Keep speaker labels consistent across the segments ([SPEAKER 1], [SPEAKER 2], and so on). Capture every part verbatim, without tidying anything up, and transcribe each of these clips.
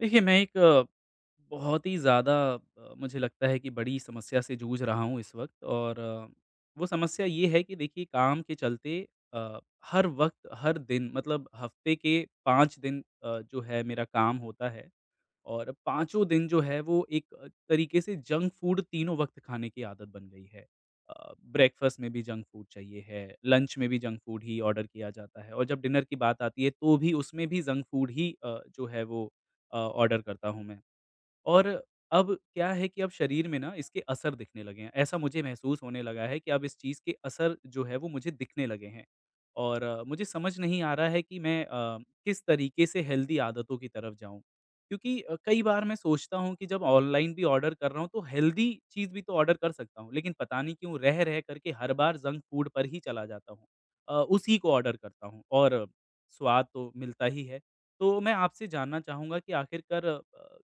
[SPEAKER 1] देखिए, मैं एक अ, बहुत ही ज़्यादा अ, मुझे लगता है कि बड़ी समस्या से जूझ रहा हूँ इस वक़्त और अ, वो समस्या ये है कि देखिए काम के चलते अ, हर वक़्त, हर दिन मतलब हफ़्ते के पाँच दिन अ, जो है मेरा काम होता है। और पाँचों दिन जो है वो एक अ, तरीके से जंक फूड तीनों वक़्त खाने की आदत बन गई है। अ, ब्रेकफ़ास्ट में भी जंक फूड चाहिए है, लंच में भी जंक फूड ही ऑर्डर किया जाता है और जब डिनर की बात आती है तो भी उसमें भी जंक फूड ही अ, जो है वो अ, ऑर्डर करता हूँ मैं। और अब क्या है कि अब शरीर में ना इसके असर दिखने लगे हैं। ऐसा मुझे महसूस होने लगा है कि अब इस चीज़ के असर जो है वो मुझे दिखने लगे हैं। और अ, मुझे समझ नहीं आ रहा है कि मैं अ, किस तरीके से हेल्दी आदतों की तरफ जाऊँ। क्योंकि अ, कई बार मैं सोचता हूँ कि जब ऑनलाइन भी ऑर्डर कर रहा हूँ तो हेल्दी चीज़ भी तो ऑर्डर कर सकता हूँ। लेकिन पता नहीं क्यों रह रह करके हर बार जंक फूड पर ही चला जाता हूँ। अ, उसी को ऑर्डर करता हूँ और स्वाद तो मिलता ही है। तो मैं आपसे जानना चाहूँगा कि आखिरकार अ,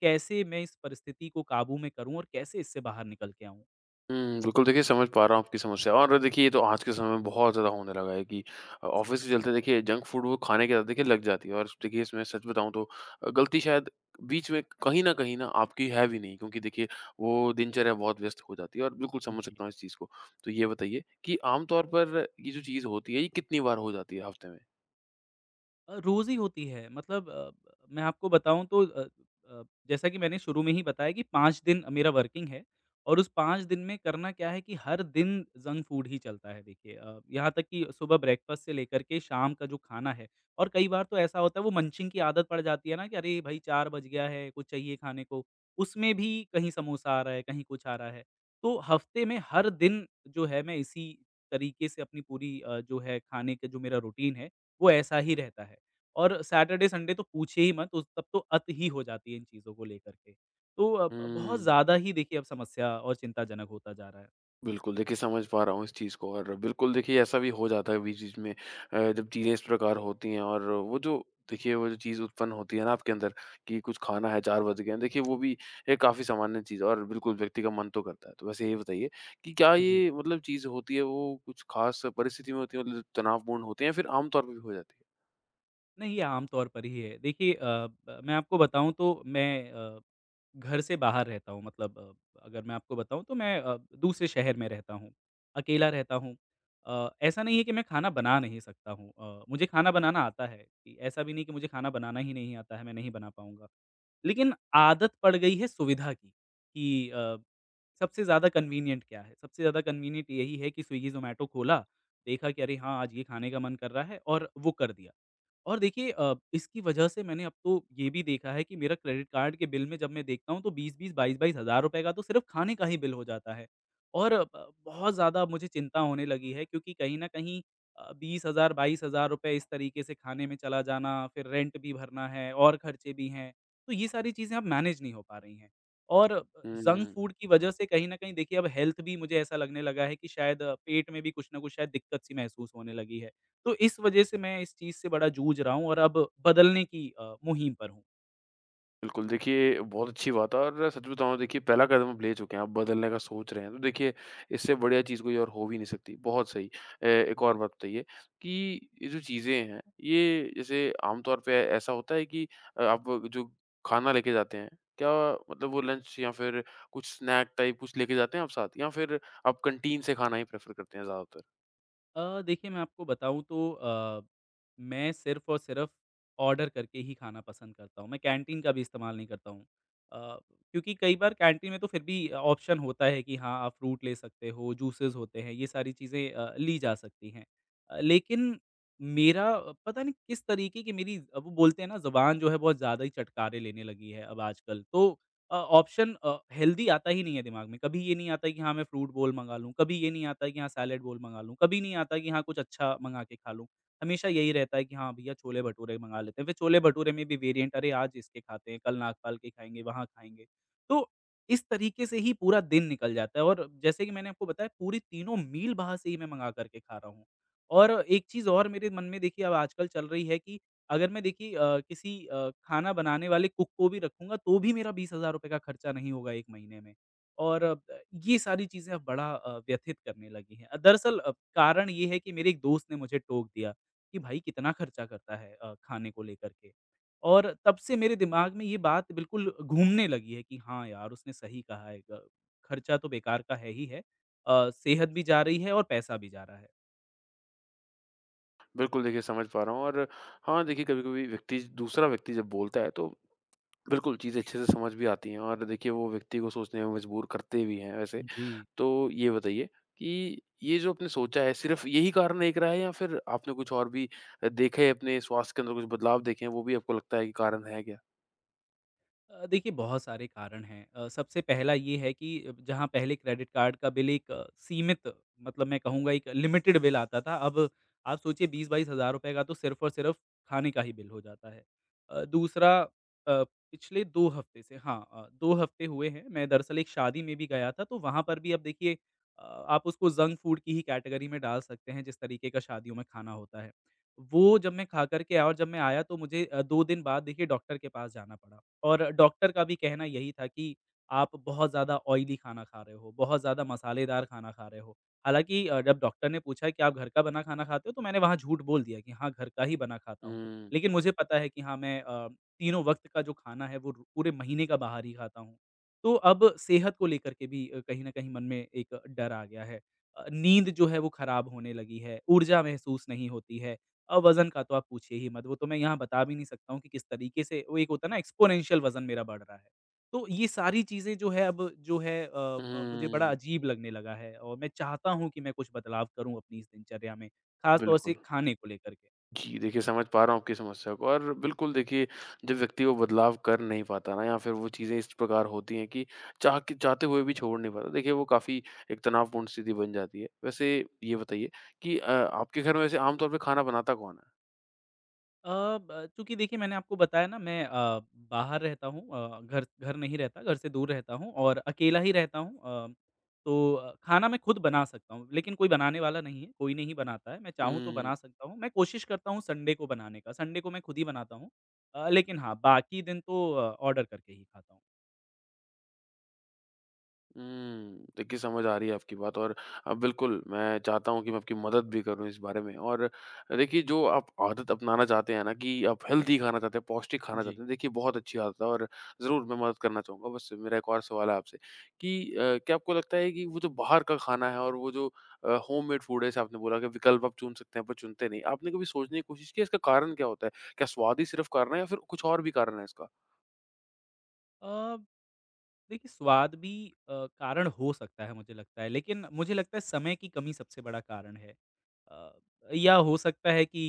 [SPEAKER 1] कैसे मैं इस परिस्थिति को काबू में करूँ और कैसे इससे बाहर निकल के आऊँ?
[SPEAKER 2] हुँ, बिल्कुल देखिए समझ पा रहा हूँ आपकी समस्या और देखिए ये तो आज के समय में बहुत ज़्यादा होने लगा है कि अ, ऑफ़िस के चलते देखिए जंक फ़ूड वो खाने के आदत देखिए लग जाती है और देखिए इसमें सच बताऊँ तो अ, गलती शायद बीच में कहीं न कहीं ना आपकी है भी नहीं क्योंकि देखिए वो दिनचर्या बहुत व्यस्त हो जाती है और बिल्कुल समझ
[SPEAKER 1] जी।
[SPEAKER 2] सकता हूँ इस चीज़ को। तो ये बताइए कि आम तौर पर ये जो चीज़ होती है ये कितनी बार हो जाती है हफ़्ते में?
[SPEAKER 1] अ, रोज़ ही होती है मतलब अ, मैं आपको बताऊँ तो अ अ, जैसा कि मैंने शुरू में ही बताया कि पाँच दिन मेरा वर्किंग है और उस पाँच दिन में करना क्या है कि हर दिन जंक फूड ही चलता है देखिए, अ, यहाँ तक कि सुबह ब्रेकफ़ास्ट से लेकर के शाम का जो खाना है और कई बार तो ऐसा होता है वो मंचिंग की आदत पड़ जाती है ना कि अरे भाई चार बज गया है, कुछ चाहिए खाने को, उसमें भी कहीं समोसा आ रहा है, कहीं कुछ आ रहा है। तो हफ्ते में हर दिन जो है मैं इसी तरीके से अपनी पूरी अ, जो है खाने का जो मेरा रूटीन है, वो ऐसा ही रहता है। और सैटरडे, संडे तो पूछिए ही मत, उस तब तो अत ही हो जाती है इन चीज़ों को लेकर के। तो अ, ब बहुत
[SPEAKER 2] हुँ।
[SPEAKER 1] ज़्यादा ही देखिए अब समस्या और चिंताजनक होता जा रहा है।
[SPEAKER 2] बिल्कुल, देखिए समझ पा रहा हूँ इस चीज़ को और बिल्कुल देखिए ऐसा भी हो जाता है बीच-बीच में, अ, जब चीज़ें इस प्रकार होती हैं और वो जो देखिए वो जो चीज़ उत्पन्न होती है ना आपके अंदर कि कुछ खाना है, चार बज गए हैं, देखिए वो भी एक काफ़ी सामान्य चीज़ है और बिल्कुल व्यक्ति का मन तो करता है। तो वैसे ये बताइए कि क्या
[SPEAKER 1] जी।
[SPEAKER 2] ये मतलब चीज़ होती है वो कुछ ख़ास परिस्थिति में होती है, मतलब तनावपूर्ण होती है या फिर आम तौर पे भी हो जाती है?
[SPEAKER 1] नहीं, ये आम तौर पर ही है। देखिए, अ, ब मैं आपको बताऊँ तो मैं अ, घर से बाहर रहता हूँ मतलब अ, अगर मैं आपको बताऊँ तो मैं अ, दूसरे शहर में रहता हूँ, अकेला रहता हूँ। अ, ऐसा नहीं है कि मैं खाना बना नहीं सकता हूँ, अ, मुझे खाना बनाना आता है, कि ऐसा भी नहीं कि मुझे खाना बनाना ही नहीं आता है, मैं नहीं बना पाऊँगा। लेकिन आदत पड़ गई है सुविधा की, कि अ, सबसे ज़्यादा कन्वीनिएंट क्या है? सबसे ज़्यादा कन्वीनिएंट यही है कि स्विगी, ज़ोमैटो खोला, देखा कि अरे हाँ, आज ये खाने का मन कर रहा है और वो कर दिया। और देखिए, अ, इसकी वजह से मैंने अब तो ये भी देखा है कि मेरा क्रेडिट कार्ड के बिल में जब मैं देखता हूँ तो बीस बीस, बाईस बाईस हज़ार रुपए का तो सिर्फ़ खाने का ही बिल हो जाता है। और ब बहुत ज़्यादा मुझे चिंता होने लगी है क्योंकि कहीं न कहीं अ, बीस हज़ार बाईस हज़ार रुपए इस तरीके से खाने में चला जाना, फिर रेंट भी भरना है और खर्चे भी हैं। तो ये सारी चीज़ें अब मैनेज नहीं हो पा रही हैं। और जंक
[SPEAKER 2] हुँ।
[SPEAKER 1] फूड की वजह से कहीं न कहीं देखिए अब हेल्थ भी मुझे ऐसा लगने लगा है कि शायद अ, पेट में भी कुछ न कुछ शायद दिक्कत सी महसूस होने लगी है। तो इस वजह से मैं इस चीज़ से बड़ा जूझ रहा हूँ और अब बदलने की अ, मुहिम पर हूँ।
[SPEAKER 2] बिल्कुल, देखिए बहुत अच्छी बात है और सच बताऊँ देखिए पहला कदम आप ले चुके हैं, आप बदलने का सोच रहे हैं, तो देखिए इससे बढ़िया चीज़ कोई और हो भी नहीं सकती। बहुत सही। अ, एक और
[SPEAKER 1] जी।
[SPEAKER 2] बात बताइए कि ये जो चीज़ें हैं, ये जैसे आम तौर पे ऐसा होता है कि अ, आप जो खाना लेके जाते हैं, क्या मतलब वो लंच या फिर कुछ स्नैक टाइप कुछ लेके जाते हैं आप साथ या फिर आप कैंटीन से खाना ही प्रेफ़र करते हैं ज़्यादातर?
[SPEAKER 1] अ, देखिए मैं आपको बताऊँ तो अ, मैं सिर्फ़ और सिर्फ़ ऑर्डर करके ही खाना पसंद करता हूँ, मैं कैंटीन का भी इस्तेमाल नहीं करता हूँ। अ, क्योंकि कई बार कैंटीन में तो फिर भी ऑप्शन होता है कि हाँ, आप फ्रूट ले सकते हो, जूसेस होते हैं, ये सारी चीज़ें अ, ली जा सकती हैं। अ, लेकिन मेरा अ, पता नहीं किस तरीके की मेरी अ, वो बोलते हैं ना ज़ुबान जो है बहुत ज़्यादा ही चटकारे लेने लगी है अब आजकल, तो अ, ऑप्शन अ, हेल्दी आता ही नहीं है दिमाग में। कभी ये नहीं आता है कि हाँ, मैं फ्रूट बोल मँगा लूँ, कभी ये नहीं आता है कि हाँ, सैलेड बोल मँगा लूँ, कभी नहीं आता है कि हाँ, कुछ अच्छा मँगा के खा लूँ। हमेशा यही रहता है कि हाँ, भैया छोले-भटूरे मँगा लेते हैं। फिर छोले-भटूरे में भी वेरिएंट अरे! आज इसके खाते हैं, कल नागपाल के खाएँगे, वहाँ खाएँगे। तो इस तरीके से ही पूरा दिन निकल जाता है और जैसे कि मैंने आपको बताया पूरी तीनों मील बाहर से ही मैं मँगा कर के खा रहा हूँ। और एक चीज़ और मेरे मन में देखिए अब आजकल चल रही है कि अगर मैं देखिए अ, किसी अ, खाना बनाने वाले कुक को भी रखूँगा तो भी मेरा ₹बीस हज़ार का खर्चा नहीं होगा एक महीने में और अ, ये सारी चीज़ें अब बड़ा अ, व्यथित करने लगी हैं। अ, दरअसल अ, कारण ये है कि मेरे एक दोस्त ने मुझे टोक दिया कि भाई कितना खर्चा करता है, अ, खाने को लेकर के, और तब से मेरे दिमाग में ये बात बिल्कुल घूमने लगी है कि हाँ यार, उसने सही कहा है, ग खर्चा तो बेकार का है ही है। अ, सेहत भी जा रही है और पैसा भी जा रहा है।
[SPEAKER 2] बिल्कुल, देखिए समझ पा रहा हूँ और हाँ, देखिए कभी-कभी व्यक्ति, दूसरा व्यक्ति जब बोलता है तो बिल्कुल चीज़ें अच्छे से समझ भी आती हैं और देखिए वो व्यक्ति को सोचने में मजबूर करते भी हैं वैसे।
[SPEAKER 1] जी।
[SPEAKER 2] तो ये बताइए कि ये जो आपने सोचा है सिर्फ़ यही कारण एक रहा है या फिर आपने कुछ और भी अ, देखे, अपने स्वास्थ्य के अंदर कुछ बदलाव देखे हैं वो भी आपको लगता है कि कारण है क्या?
[SPEAKER 1] अ, देखिए बहुत सारे कारण हैं। अ, सबसे पहला ये है कि जहाँ पहले क्रेडिट कार्ड का बिल एक अ, सीमित मतलब मैं कहूँगा एक लिमिटेड बिल आता था, अब आप सोचिए बीस बाईस हज़ार रुपए का तो सिर्फ़ और सिर्फ़ खाने का ही बिल हो जाता है। अ, दूसरा, अ, पिछले दो हफ़्ते से हाँ, अ, दो हफ़्ते हुए हैं, मैं दरअसल एक शादी में भी गया था, तो वहाँ पर भी अब देखिए अ, आप उसको जंक फूड की ही कैटेगरी में डाल सकते हैं, जिस तरीके का शादियों में खाना होता है। वो जब मैं खा कर के आया और जब मैं आया तो मुझे अ, दो दिन बाद देखिए डॉक्टर के पास जाना पड़ा। और डॉक्टर का भी कहना यही था कि आप बहुत ज़्यादा ऑयली खाना खा रहे हो, बहुत ज़्यादा मसालेदार खाना खा रहे हो। हालाँकि अ, जब डॉक्टर ने पूछा कि आप घर का बना खाना खाते हो? तो मैंने वहाँ झूठ बोल दिया कि हाँ, घर का ही बना खाता हूँ।
[SPEAKER 2] हुँ।
[SPEAKER 1] लेकिन मुझे पता है कि हाँ, मैं अ, तीनों वक़्त का जो खाना है वो रु- पूरे महीने का बाहर ही खाता हूँ। तो अब सेहत को लेकर के भी अ, कहीं न कहीं मन में एक डर आ गया है। अ, नींद जो है वो खराब होने लगी है, ऊर्जा महसूस नहीं होती है। अब वज़न का तो आप पूछिए ही मत, वो तो मैं यहाँ बता भी नहीं सकता हूँ कि किस तरीके से वो एक होता है ना एक्स्पोनेंशियल वज़न मेरा बढ़ रहा है। तो ये सारी चीज़ें जो है अब जो है अ अ, मुझे बड़ा
[SPEAKER 2] हुँ,
[SPEAKER 1] अजीब लगने लगा है और मैं चाहता हूँ कि मैं कुछ बदलाव करूँ अपनी इस दिनचर्या में, ख़ास तौर से
[SPEAKER 2] बिल्कुल।
[SPEAKER 1] खाने को लेकर के।
[SPEAKER 2] जी, देखिए समझ पा रहा हूँ आपकी समस्या को और बिल्कुल देखिए जब व्यक्ति वो बदलाव कर नहीं पाता ना या फिर वो चीज़ें इस प्रकार होती हैं कि चाह के, चाहते हुए भी छोड़ नहीं पाता, देखिए वो काफ़ी एक तनावपूर्ण स्थिति बन जाती है। वैसे ये बताइए कि अ, आपके घर में वैसे आम तौर पे खाना बनाता कौन
[SPEAKER 1] अ, ब चूँकि देखिए मैंने आपको बताया ना मैं अ, बाहर रहता हूँ, अ, घर घर नहीं रहता, घर से दूर रहता हूँ और अकेला ही रहता हूँ। अ, तो अ, खाना मैं खुद बना सकता हूँ, लेकिन कोई बनाने वाला नहीं है, कोई नहीं बनाता है। मैं चाहूँ तो
[SPEAKER 2] है?
[SPEAKER 1] बना सकता हूँ, मैं कोशिश करता हूँ संडे को बनाने का, संडे को मैं खुद ही बनाता हूँ। अ, लेकिन हाँ, बाकी दिन तो अ, ऑर्डर करके ही खाता हूँ।
[SPEAKER 2] हुँ। देखिए, समझ आ रही है आपकी बात और अ, बिल्कुल, मैं चाहता हूँ कि मैं आपकी मदद भी करूँ इस बारे में और देखिए, जो आप आदत अपनाना चाहते हैं ना कि आप हेल्दी खाना चाहते हैं, पौष्टिक खाना
[SPEAKER 1] जी।
[SPEAKER 2] चाहते हैं, देखिए बहुत अच्छी आदत है और ज़रूर मैं मदद करना चाहूँगा। बस मेरा एक और सवाल है आपसे कि अ, क्या आपको लगता है कि वो जो बाहर का खाना है और वो जो अ, होममेड फूड है, जैसे आपने बोला कि विकल्प आप चुन सकते हैं, पर चुनते नहीं। आपने कभी सोचने की कोशिश की है, इसका कारण क्या होता है? क्या स्वाद ही सिर्फ़ कारण है या फिर कुछ और भी कारण है इसका?
[SPEAKER 1] अ, देखिए, स्वाद भी अ, कारण हो सकता है मुझे लगता है, लेकिन मुझे लगता है समय की कमी सबसे बड़ा कारण है। अ, या हो सकता है कि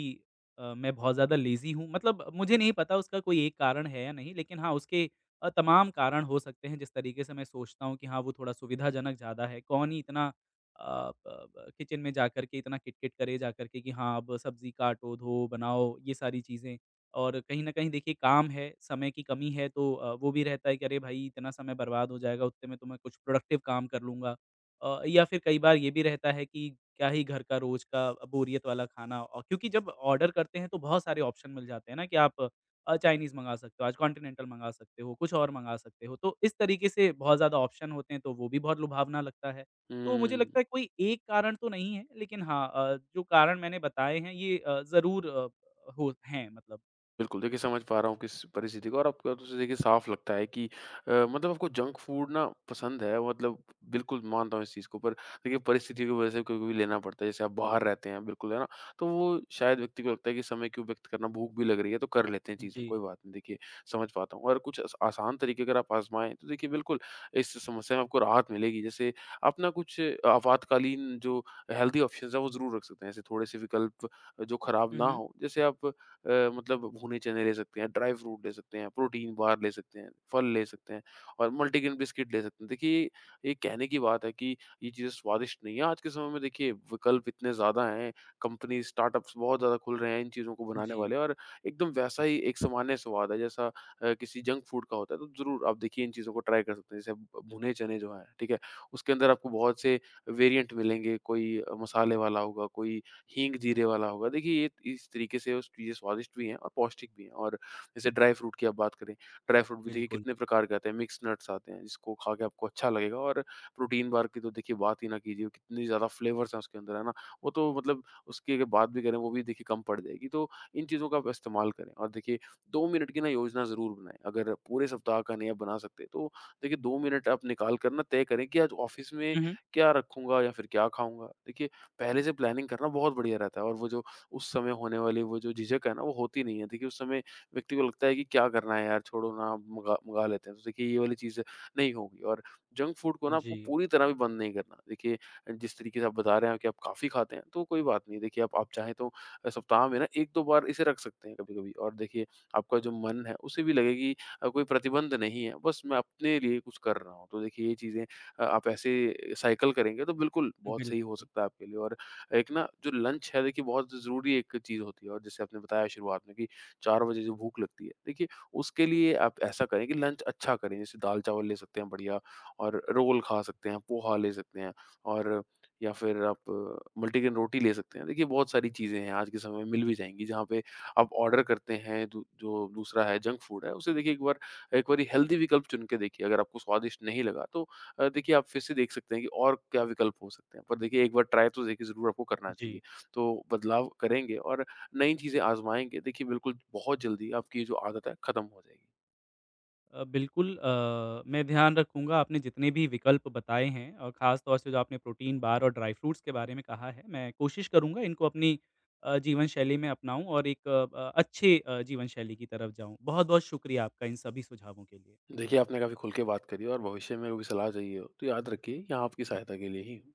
[SPEAKER 1] अ, मैं बहुत ज़्यादा लेज़ी हूँ मतलब मुझे नहीं पता उसका कोई एक कारण है या नहीं, लेकिन हाँ, उसके अ, तमाम कारण हो सकते हैं जिस तरीके से मैं सोचता हूँ कि हाँ, वो थोड़ा सुविधाजनक ज़्यादा है। कौन ही इतना अ, ब ब किचन में जा कर के इतना किट-किट करे जा कर के कि हाँ, अब सब्ज़ी काटो, धो, बनाओ ये सारी चीज़ें। और कहीं न कहीं देखिए काम है, समय की कमी है तो अ, वो भी रहता है कि अरे भाई इतना समय बर्बाद हो जाएगा, उतने में तो मैं कुछ प्रोडक्टिव काम कर लूँगा। अ, या फिर कई बार ये भी रहता है कि क्या ही घर का रोज़ का बोरियत वाला खाना और क्योंकि जब ऑर्डर करते हैं तो बहुत सारे ऑप्शन मिल जाते हैं ना कि आप अ, चाइनीज़ मंगा सकते हो, आज कॉन्टिनेंटल मंगा सकते हो, कुछ और मंगा सकते हो। तो इस तरीके से बहुत ज़्यादा ऑप्शन होते हैं तो वो भी बहुत लुभावना लगता है। तो मुझे लगता
[SPEAKER 2] हुँ।
[SPEAKER 1] है कोई एक कारण तो नहीं है लेकिन हाँ, अ, जो कारण मैंने बताए हैं ये अ, ज़रूर अ, हो हैं मतलब।
[SPEAKER 2] बिल्कुल, देखिए समझ पा रहा हूँ किस परिस्थिति को और आपकी बातों से देखिए साफ़ लगता है कि अ, मतलब आपको जंक फूड ना पसंद है, मतलब बिल्कुल मानता हूँ इस चीज़ को, पर देखिए परिस्थिति की वजह से कभी-कभी लेना पड़ता है। जैसे आप बाहर रहते हैं बिल्कुल, है ना? तो वो शायद व्यक्ति को लगता है कि समय क्यों व्यक्त करना, भूख भी लग रही है तो कर लेते हैं चीज़ें,
[SPEAKER 1] जी।
[SPEAKER 2] कोई बात नहीं, देखिए समझ पाता हूँ। और कुछ आस आसान तरीके अगर आप आज़माएँ तो देखिए बिल्कुल इस समस्या में आपको राहत मिलेगी। जैसे आप ना कुछ आपातकालीन जो हेल्दी ऑप्शंस हैं वो ज़रूर रख सकते हैं। ऐसे थोड़े-से विकल्प जो खराब
[SPEAKER 1] हुँ,
[SPEAKER 2] ना
[SPEAKER 1] हुँ।
[SPEAKER 2] हों, जैसे आप अ, मतलब भुने चने ले सकते हैं, ड्राई फ्रूट ले सकते हैं, प्रोटीन बार ले सकते हैं, फल ले सकते हैं और मल्टीग्रेन बिस्किट ले सकते हैं। देखिए, ये कहने की बात है कि ये चीज़ें स्वादिष्ट नहीं है। आज के समय में देखिए विकल्प इतने ज़्यादा हैं, कंपनीज़, स्टार्टअप्स बहुत ज़्यादा खुल रहे हैं इन चीज़ों को बनाने
[SPEAKER 1] जी,
[SPEAKER 2] वाले और एकदम वैसा ही एक सामान्य स्वाद है जैसा अ, किसी जंक फूड का होता है। तो ज़रूर आप देखिए इन चीज़ों को ट्राई कर सकते हैं। जैसे भ भुने चने जो हैं, ठीक है? उसके अंदर आपको बहुत से वेरिएंट मिलेंगे, कोई अ, मसाले वाला होगा, कोई हींग जीरे वाला होगा। देखिए ये इस तरीके से उस चीज़ें स्वादिष्ट भी हैं और पौष्टिक भी हैं और जैसे ड्राई फ्रूट की आप बात करें, ड्राई फ्रूट भी देखिए
[SPEAKER 1] बिल्कुल।
[SPEAKER 2] कितने प्रकार के आते हैं, मिक्स नट्स आते हैं जिसको खा के आपको अच्छा लगेगा और प्रोटीन बार की तो देखिए बात ही ना कीजिए, कितनी ज़्यादा फ्लेवर्स हैं उसके अंदर, है ना? वो तो मतलब उसकी अगर बात भी करें वो भी देखिए कम पड़ जाएगी। तो इन चीज़ों का आप इस्तेमाल करें और देखिए दो मिनट की ना योजना ज़रूर बनाएँ। अगर पूरे सप्ताह का नहीं आप बना सकते तो देखिए दो मिनट आप निकाल कर ना तय करें कि आज ऑफ़िस में
[SPEAKER 1] हुँ, हुँ।
[SPEAKER 2] क्या रखूँगा या फिर क्या खाऊँगा? देखिए पहले से प्लानिंग करना बहुत बढ़िया रहता है और वो जो उस समय होने वाली वो जो झिझक है ना, वो होती नहीं है। देखिए, उस समय व्यक्ति को लगता है कि क्या करना है यार, छोड़ो ना, मँगा मँगा लेते हैं। तो देखिए, ये वाली चीज़ नहीं होगी और जंक फूड को ना आपको
[SPEAKER 1] जी,
[SPEAKER 2] पूरी तरह भी बंद नहीं करना। देखिए, जिस तरीके से आप बता रहे हैं कि आप काफ़ी खाते हैं, तो कोई बात नहीं। देखिए, आप आप चाहें तो अ, सप्ताह में ना एक दो बार इसे रख सकते हैं कभी-कभी और देखिए, आपका जो मन है, उसे भी लगे कि अ, कोई प्रतिबंध नहीं है, बस मैं अपने लिए कुछ कर रहा हूँ। तो देखिए, ये चीज़ें अ, आप ऐसे साइकिल करेंगे तो बिल्कुल बहुत सही हो
[SPEAKER 1] बिल्कुल।
[SPEAKER 2] सकता है आपके लिए। और एक ना जो लंच है देखिए बहुत ज़रूरी एक चीज़ होती है और जैसे आपने बताया शुरुआत में कि चार बजे जो भूख लगती है, देखिए उसके लिए आप ऐसा करें कि लंच अच्छा करें। जैसे दाल-चावल ले सकते हैं बढ़िया और रोल खा सकते हैं, पोहा ले सकते हैं और या फिर आप मल्टीग्रेन रोटी ले सकते हैं। देखिए बहुत सारी चीज़ें हैं आज के समय में, मिल भी जाएँगी जहाँ पे आप ऑर्डर करते हैं। दू जो दूसरा है, जंक फूड है, उसे देखिए एक बार एक बारी हेल्दी विकल्प चुन के देखिए अगर आपको स्वादिष्ट नहीं लगा तो अ, देखिए आप फिर से देख सकते हैं कि और क्या विकल्प हो सकते हैं। पर देखिए एक बार ट्राई तो देखिए ज़रूर आपको करना
[SPEAKER 1] जी।
[SPEAKER 2] चाहिए। तो बदलाव करेंगे और नई चीज़ें आज़माएँगे। देखिए बिल्कुल बहुत जल्दी आपकी ये जो आदत है ख़त्म हो जाएगी।
[SPEAKER 1] अ, बिल्कुल, अ, मैं ध्यान रखूँगा आपने जितने भी विकल्प बताए हैं और ख़ास तौर से जो आपने प्रोटीन बार और ड्राई फ्रूट्स के बारे में कहा है, मैं कोशिश करूँगा इनको अपनी अ, जीवन शैली में अपनाऊँ और एक अ, अ, अच्छे अ, जीवन शैली की तरफ जाऊँ। बहुत-बहुत शुक्रिया आपका इन सभी सुझावों के लिए।
[SPEAKER 2] देखिए आपने काफ़ी खुल के बात करी और भविष्य में कभी सलाह चाहिए हो तो याद रखिए यहाँ आपकी सहायता के लिए ही हूँ।